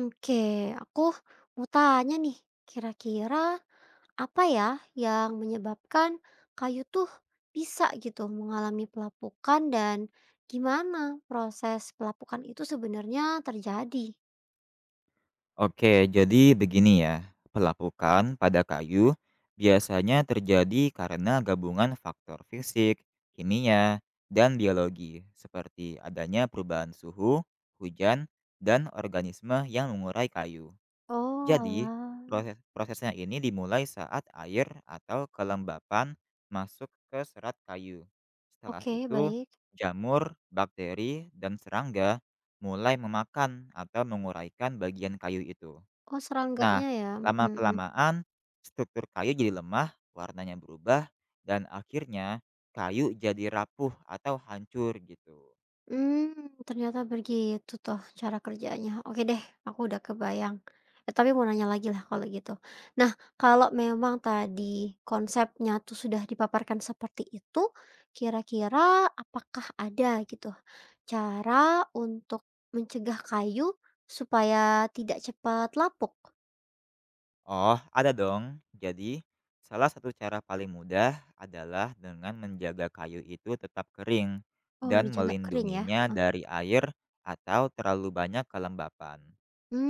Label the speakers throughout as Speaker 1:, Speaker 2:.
Speaker 1: Oke, aku mau tanya nih, kira-kira apa ya yang menyebabkan kayu tuh bisa gitu mengalami pelapukan dan gimana proses pelapukan itu sebenarnya terjadi?
Speaker 2: Oke, jadi begini ya. Pelapukan pada kayu biasanya terjadi karena gabungan faktor fisik, kimia, dan biologi, seperti adanya perubahan suhu, hujan, dan organisme yang mengurai kayu.
Speaker 1: Oh,
Speaker 2: Jadi,
Speaker 1: alah.
Speaker 2: prosesnya ini dimulai saat air atau kelembapan masuk ke serat kayu. Setelah
Speaker 1: Oke,
Speaker 2: itu,
Speaker 1: baik.
Speaker 2: jamur, bakteri, dan serangga mulai memakan atau menguraikan bagian kayu itu.
Speaker 1: Oh,
Speaker 2: Nah,
Speaker 1: serangganya ya. Mhm.
Speaker 2: lama-kelamaan struktur kayu jadi lemah, warnanya berubah, dan akhirnya kayu jadi rapuh atau hancur gitu.
Speaker 1: Hmm, ternyata begitu toh cara kerjanya. Oke deh, aku udah kebayang. Eh, tapi mau nanya lagi lah kalau gitu. Nah, kalau memang tadi konsepnya tuh sudah dipaparkan seperti itu, kira-kira apakah ada gitu cara untuk mencegah kayu supaya tidak cepat lapuk?
Speaker 2: Oh, ada dong. Jadi, salah satu cara paling mudah adalah dengan menjaga kayu itu tetap kering
Speaker 1: Oh,
Speaker 2: dan
Speaker 1: dijaga kering ya?
Speaker 2: melindunginya dari air atau terlalu banyak kelembapan.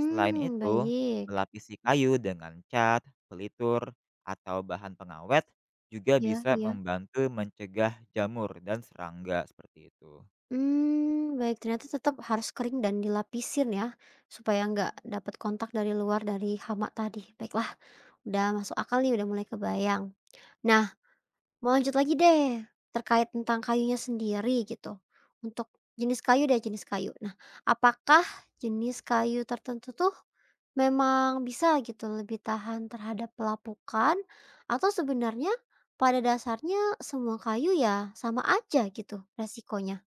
Speaker 2: Selain itu,
Speaker 1: baik.
Speaker 2: melapisi kayu dengan cat, pelitur, atau bahan pengawet juga
Speaker 1: Ya
Speaker 2: bisa
Speaker 1: iya.
Speaker 2: membantu mencegah jamur dan serangga seperti itu.
Speaker 1: Hmm, baik, ternyata tetap harus kering dan dilapisin ya, supaya nggak dapat kontak dari luar dari hama tadi. Baiklah, udah masuk akal nih, udah mulai kebayang. Nah, mau lanjut lagi deh, terkait tentang kayunya sendiri gitu. Untuk jenis kayu deh, jenis kayu. Nah, apakah jenis kayu tertentu tuh memang bisa gitu lebih tahan terhadap pelapukan atau sebenarnya pada dasarnya semua kayu ya sama aja gitu resikonya?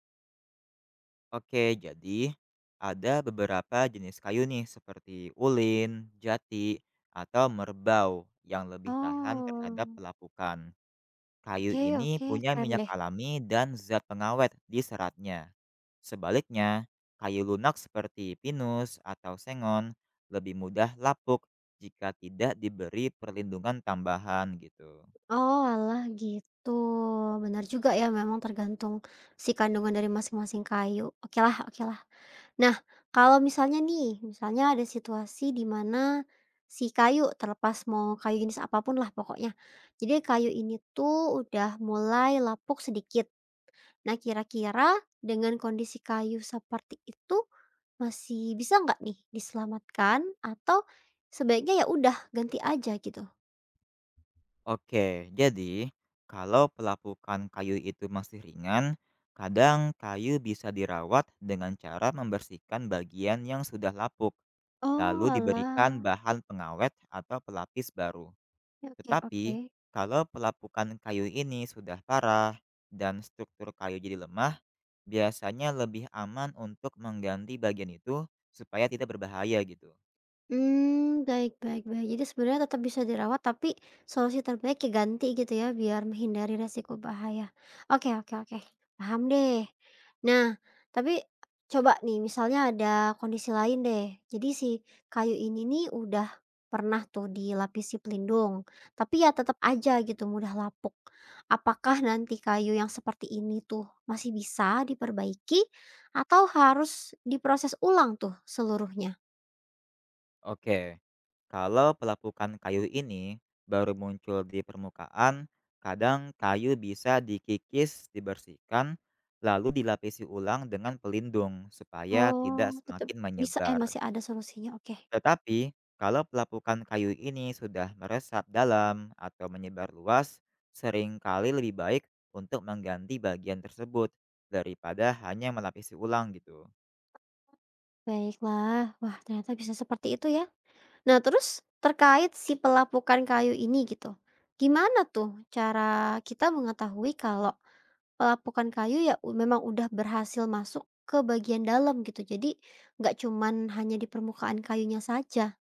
Speaker 2: Oke, jadi ada beberapa jenis kayu nih seperti ulin, jati, atau merbau yang lebih tahan terhadap
Speaker 1: Oh,
Speaker 2: pelapukan. Kayu
Speaker 1: oke
Speaker 2: ini
Speaker 1: oke,
Speaker 2: punya
Speaker 1: keren
Speaker 2: minyak
Speaker 1: deh.
Speaker 2: alami dan zat pengawet di seratnya. Sebaliknya, kayu lunak seperti pinus atau sengon lebih mudah lapuk jika tidak diberi perlindungan tambahan gitu.
Speaker 1: Oh, oalah gitu, benar juga ya, memang tergantung si kandungan dari masing-masing kayu. Oke lah, oke lah. Nah, kalau misalnya nih, misalnya ada situasi di mana si kayu, terlepas mau kayu jenis apapun lah pokoknya, jadi kayu ini tuh udah mulai lapuk sedikit. Nah, kira-kira dengan kondisi kayu seperti itu, masih bisa nggak nih diselamatkan atau sebaiknya ya udah ganti aja gitu?
Speaker 2: Oke, jadi kalau pelapukan kayu itu masih ringan, kadang kayu bisa dirawat dengan cara membersihkan bagian yang sudah lapuk,
Speaker 1: Oh,
Speaker 2: lalu diberikan bahan pengawet atau pelapis baru.
Speaker 1: oke oke oke.
Speaker 2: Tetapi, kalau pelapukan kayu ini sudah parah dan struktur kayu jadi lemah, biasanya lebih aman untuk mengganti bagian itu supaya tidak berbahaya gitu.
Speaker 1: Mmm, baik baik baik. Jadi sebenarnya tetap bisa dirawat, tapi solusi terbaik ya ganti gitu ya, biar menghindari resiko bahaya. Oke oke oke, paham deh. Nah, tapi coba nih misalnya ada kondisi lain deh. Jadi si kayu ini nih udah pernah tuh dilapisi pelindung, tapi ya tetap aja gitu mudah lapuk. Apakah nanti kayu yang seperti ini tuh masih bisa diperbaiki atau harus diproses ulang tuh seluruhnya?
Speaker 2: Oke, kalau pelapukan kayu ini baru muncul di permukaan, kadang kayu bisa dikikis, dibersihkan, lalu dilapisi ulang dengan pelindung supaya tidak
Speaker 1: Oh, tetap
Speaker 2: semakin
Speaker 1: bisa ya,
Speaker 2: menyebar.
Speaker 1: masih ada solusinya, oke.
Speaker 2: Tetapi, kalau pelapukan kayu ini sudah meresap dalam atau menyebar luas, seringkali lebih baik untuk mengganti bagian tersebut daripada hanya melapisi ulang gitu.
Speaker 1: Baiklah, wah ternyata bisa seperti itu ya. Nah terus, terkait si pelapukan kayu ini gitu, gimana tuh cara kita mengetahui kalau pelapukan kayu ya memang udah berhasil masuk ke bagian dalam gitu? Jadi, nggak cuman hanya di permukaan kayunya saja.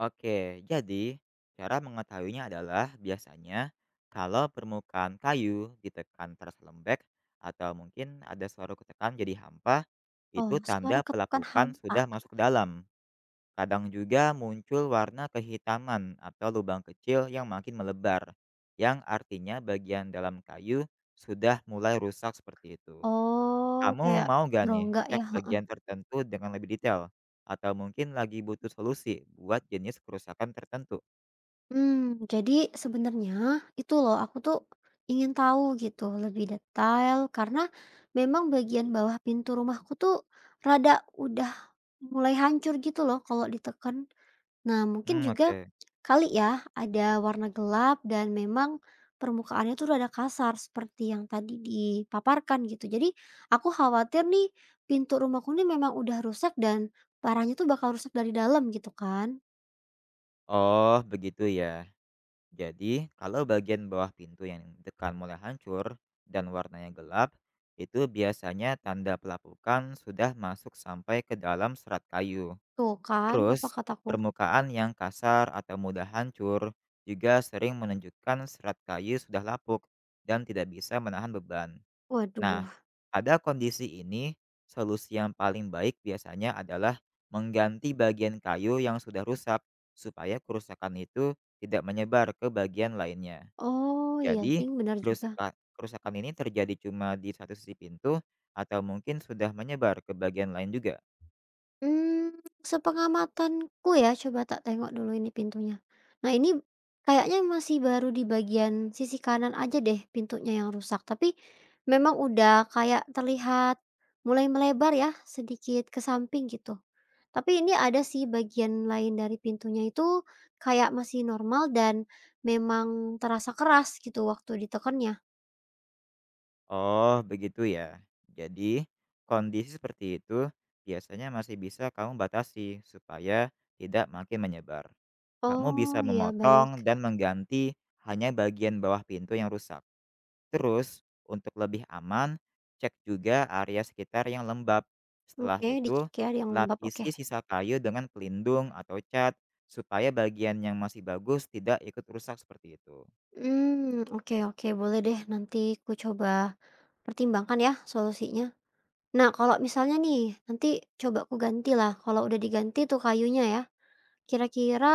Speaker 2: Oke, jadi cara mengetahuinya adalah biasanya kalau permukaan kayu ditekan terasa lembek atau mungkin ada suara ketekan jadi hampa, itu
Speaker 1: Oh, suara
Speaker 2: tanda
Speaker 1: ketukan
Speaker 2: pelapukan
Speaker 1: hampa.
Speaker 2: sudah masuk ke dalam. Kadang juga muncul warna kehitaman atau lubang kecil yang makin melebar, yang artinya bagian dalam kayu sudah mulai rusak seperti itu.
Speaker 1: Oh,
Speaker 2: Kamu
Speaker 1: kayak
Speaker 2: mau gak nih
Speaker 1: berongga ya?
Speaker 2: cek bagian tertentu dengan lebih detail? Atau mungkin lagi butuh solusi buat jenis kerusakan tertentu?
Speaker 1: Hmm, jadi sebenarnya itu loh, aku tuh ingin tahu gitu lebih detail karena memang bagian bawah pintu rumahku tuh rada udah mulai hancur gitu loh kalau ditekan. Nah, mungkin
Speaker 2: Hmm,
Speaker 1: juga
Speaker 2: oke.
Speaker 1: kali ya ada warna gelap dan memang permukaannya tuh rada kasar seperti yang tadi dipaparkan gitu. Jadi aku khawatir nih, pintu rumahku ini memang udah rusak dan parahnya tuh bakal rusak dari dalam gitu kan.
Speaker 2: Oh, begitu ya. Jadi, kalau bagian bawah pintu yang dekat mulai hancur dan warnanya gelap, itu biasanya tanda pelapukan sudah masuk sampai ke dalam serat kayu.
Speaker 1: Tuh kan, apa
Speaker 2: Terus,
Speaker 1: kataku?
Speaker 2: permukaan yang kasar atau mudah hancur juga sering menunjukkan serat kayu sudah lapuk dan tidak bisa menahan beban.
Speaker 1: Waduh.
Speaker 2: Nah, pada kondisi ini, solusi yang paling baik biasanya adalah mengganti bagian kayu yang sudah rusak supaya kerusakan itu tidak menyebar ke bagian lainnya.
Speaker 1: Oh, iya
Speaker 2: Jadi,
Speaker 1: sih, benar juga.
Speaker 2: kerusakan, kerusakan ini terjadi cuma di satu sisi pintu atau mungkin sudah menyebar ke bagian lain juga.
Speaker 1: Hmm, sepengamatanku ya, coba tak tengok dulu ini pintunya. Nah, ini kayaknya masih baru di bagian sisi kanan aja deh pintunya yang rusak, tapi memang udah kayak terlihat mulai melebar ya, sedikit ke samping gitu. Tapi ini ada sih bagian lain dari pintunya itu kayak masih normal dan memang terasa keras gitu waktu ditekannya.
Speaker 2: Oh, begitu ya. Jadi, kondisi seperti itu biasanya masih bisa kamu batasi supaya tidak makin menyebar. Kamu
Speaker 1: Oh,
Speaker 2: bisa
Speaker 1: iya, baik.
Speaker 2: memotong dan mengganti hanya bagian bawah pintu yang rusak. Terus, untuk lebih aman, cek juga area sekitar yang lembab. Setelah
Speaker 1: Oke,
Speaker 2: itu,
Speaker 1: dicek ya yang lembab, oke.
Speaker 2: lapisi sisa kayu dengan pelindung atau cat supaya bagian yang masih bagus tidak ikut rusak seperti itu.
Speaker 1: Hmm, oke oke, boleh deh, nanti ku coba pertimbangkan ya solusinya. Nah, kalau misalnya nih nanti coba ku gantilah, kalau udah diganti tuh kayunya ya, kira-kira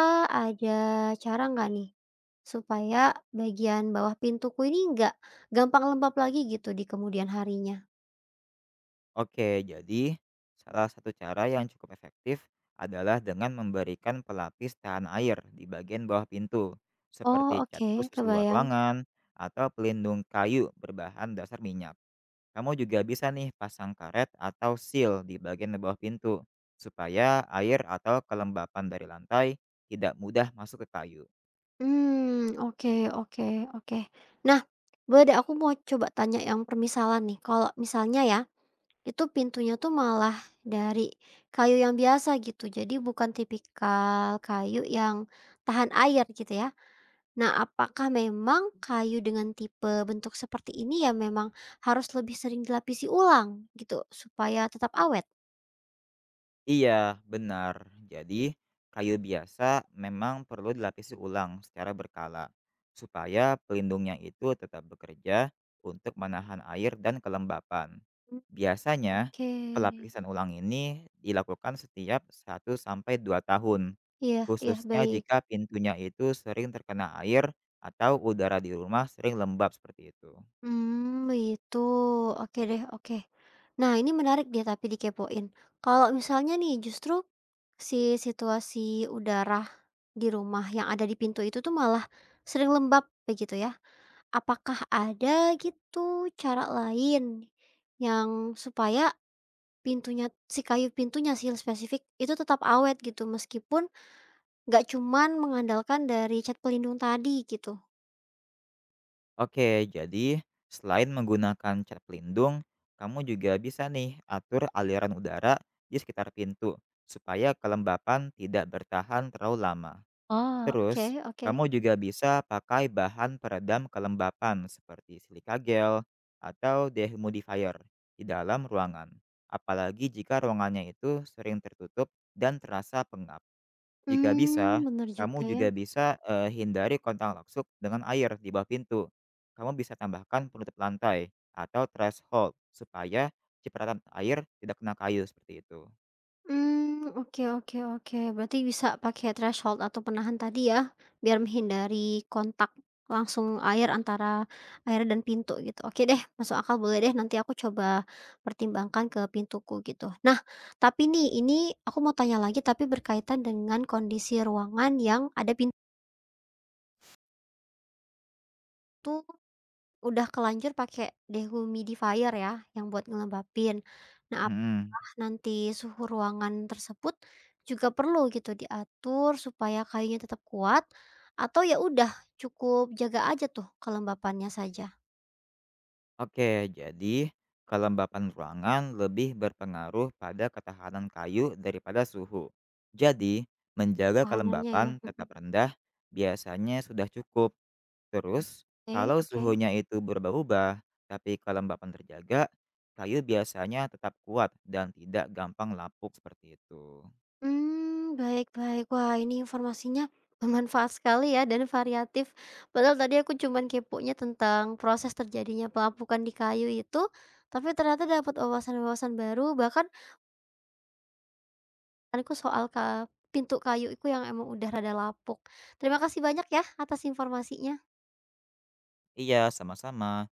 Speaker 1: ada cara nggak nih supaya bagian bawah pintuku ini nggak gampang lembab lagi gitu di kemudian harinya?
Speaker 2: Oke, jadi salah satu cara yang cukup efektif adalah dengan memberikan pelapis tahan air di bagian bawah pintu,
Speaker 1: Oh
Speaker 2: seperti cat
Speaker 1: oke,
Speaker 2: khusus luar
Speaker 1: kebayang.
Speaker 2: ruangan atau pelindung kayu berbahan dasar minyak. Kamu juga bisa nih pasang karet atau seal di bagian bawah pintu, supaya air atau kelembapan dari lantai tidak mudah masuk ke kayu.
Speaker 1: Hmm, oke oke oke. Nah, boleh deh, aku mau coba tanya yang permisalan nih kalau misalnya ya, itu pintunya tuh malah dari kayu yang biasa gitu, jadi bukan tipikal kayu yang tahan air gitu ya. Nah, apakah memang kayu dengan tipe bentuk seperti ini ya memang harus lebih sering dilapisi ulang gitu supaya tetap awet?
Speaker 2: Iya, benar. Jadi, kayu biasa memang perlu dilapisi ulang secara berkala supaya pelindungnya itu tetap bekerja untuk menahan air dan kelembapan.
Speaker 1: Mmm,
Speaker 2: Biasanya,
Speaker 1: oke.
Speaker 2: pelapisan ulang ini dilakukan setiap 1 sampai 2 tahun,
Speaker 1: Iya iya,
Speaker 2: khususnya
Speaker 1: baik.
Speaker 2: jika pintunya itu sering terkena air atau udara di rumah sering lembab seperti itu.
Speaker 1: Hmm, itu, oke deh, oke. Nah, ini menarik dia tapi dikepoin. Kalau misalnya nih justru si situasi udara di rumah yang ada di pintu itu tuh malah sering lembab begitu ya. Apakah ada gitu cara lain yang supaya pintunya, si kayu pintunya sih yang spesifik itu tetap awet gitu meskipun nggak cuman mengandalkan dari cat pelindung tadi gitu?
Speaker 2: Oke, jadi selain menggunakan cat pelindung, kamu juga bisa nih atur aliran udara di sekitar pintu supaya kelembapan tidak bertahan terlalu lama.
Speaker 1: Oh, oke
Speaker 2: Terus,
Speaker 1: oke.
Speaker 2: kamu juga bisa pakai bahan peredam kelembapan seperti silika gel atau dehumidifier di dalam ruangan. Apalagi jika ruangannya itu sering tertutup dan terasa pengap. Jika bisa,
Speaker 1: Hmm, bener
Speaker 2: kamu
Speaker 1: juga ya.
Speaker 2: juga bisa, hindari kontak langsung dengan air di bawah pintu. Kamu bisa tambahkan penutup lantai atau threshold supaya cipratan air tidak kena kayu, seperti itu.
Speaker 1: Hmm, oke oke oke. Berarti bisa pakai threshold atau penahan tadi ya, biar menghindari kontak langsung air antara air dan pintu gitu. Oke deh, masuk akal, boleh deh nanti aku coba pertimbangkan ke pintuku gitu. Nah, tapi nih ini aku mau tanya lagi tapi berkaitan dengan kondisi ruangan yang ada pintu. Udah kelanjur pakai dehumidifier ya, yang buat ngelembapin. Nah,
Speaker 2: Mhm.
Speaker 1: apakah nanti suhu ruangan tersebut juga perlu gitu diatur supaya kayunya tetap kuat, atau ya udah cukup jaga aja tuh kelembapannya saja,
Speaker 2: Oke, jadi kelembapan ruangan lebih berpengaruh pada ketahanan kayu daripada suhu. Jadi, menjaga
Speaker 1: tahanannya ya?
Speaker 2: kelembapan
Speaker 1: Mhm,
Speaker 2: tetap rendah biasanya sudah cukup. Terus,
Speaker 1: oke
Speaker 2: kalau
Speaker 1: oke.
Speaker 2: suhunya itu berubah-ubah, tapi kelembapan terjaga, kayu biasanya tetap kuat dan tidak gampang lapuk seperti itu.
Speaker 1: Hmm, baik baik. Wah, ini informasinya bermanfaat sekali ya dan variatif. Padahal tadi aku cuman keponya tentang proses terjadinya pelapukan di kayu itu, tapi ternyata dapat wawasan-wawasan baru bahkan aku soal ka pintu kayu iku yang emang udah rada lapuk. Terima kasih banyak ya atas informasinya.
Speaker 2: Iya, sama-sama.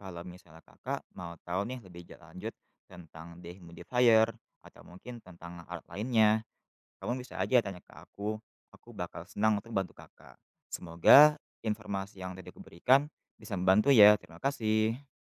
Speaker 2: Kalau misalnya kakak mau tahu nih lebih lanjut tentang dehumidifier atau mungkin tentang alat lainnya, kamu bisa aja tanya ke aku. Aku bakal senang untuk bantu kakak. Semoga informasi yang tadi aku berikan bisa membantu ya. Terima kasih.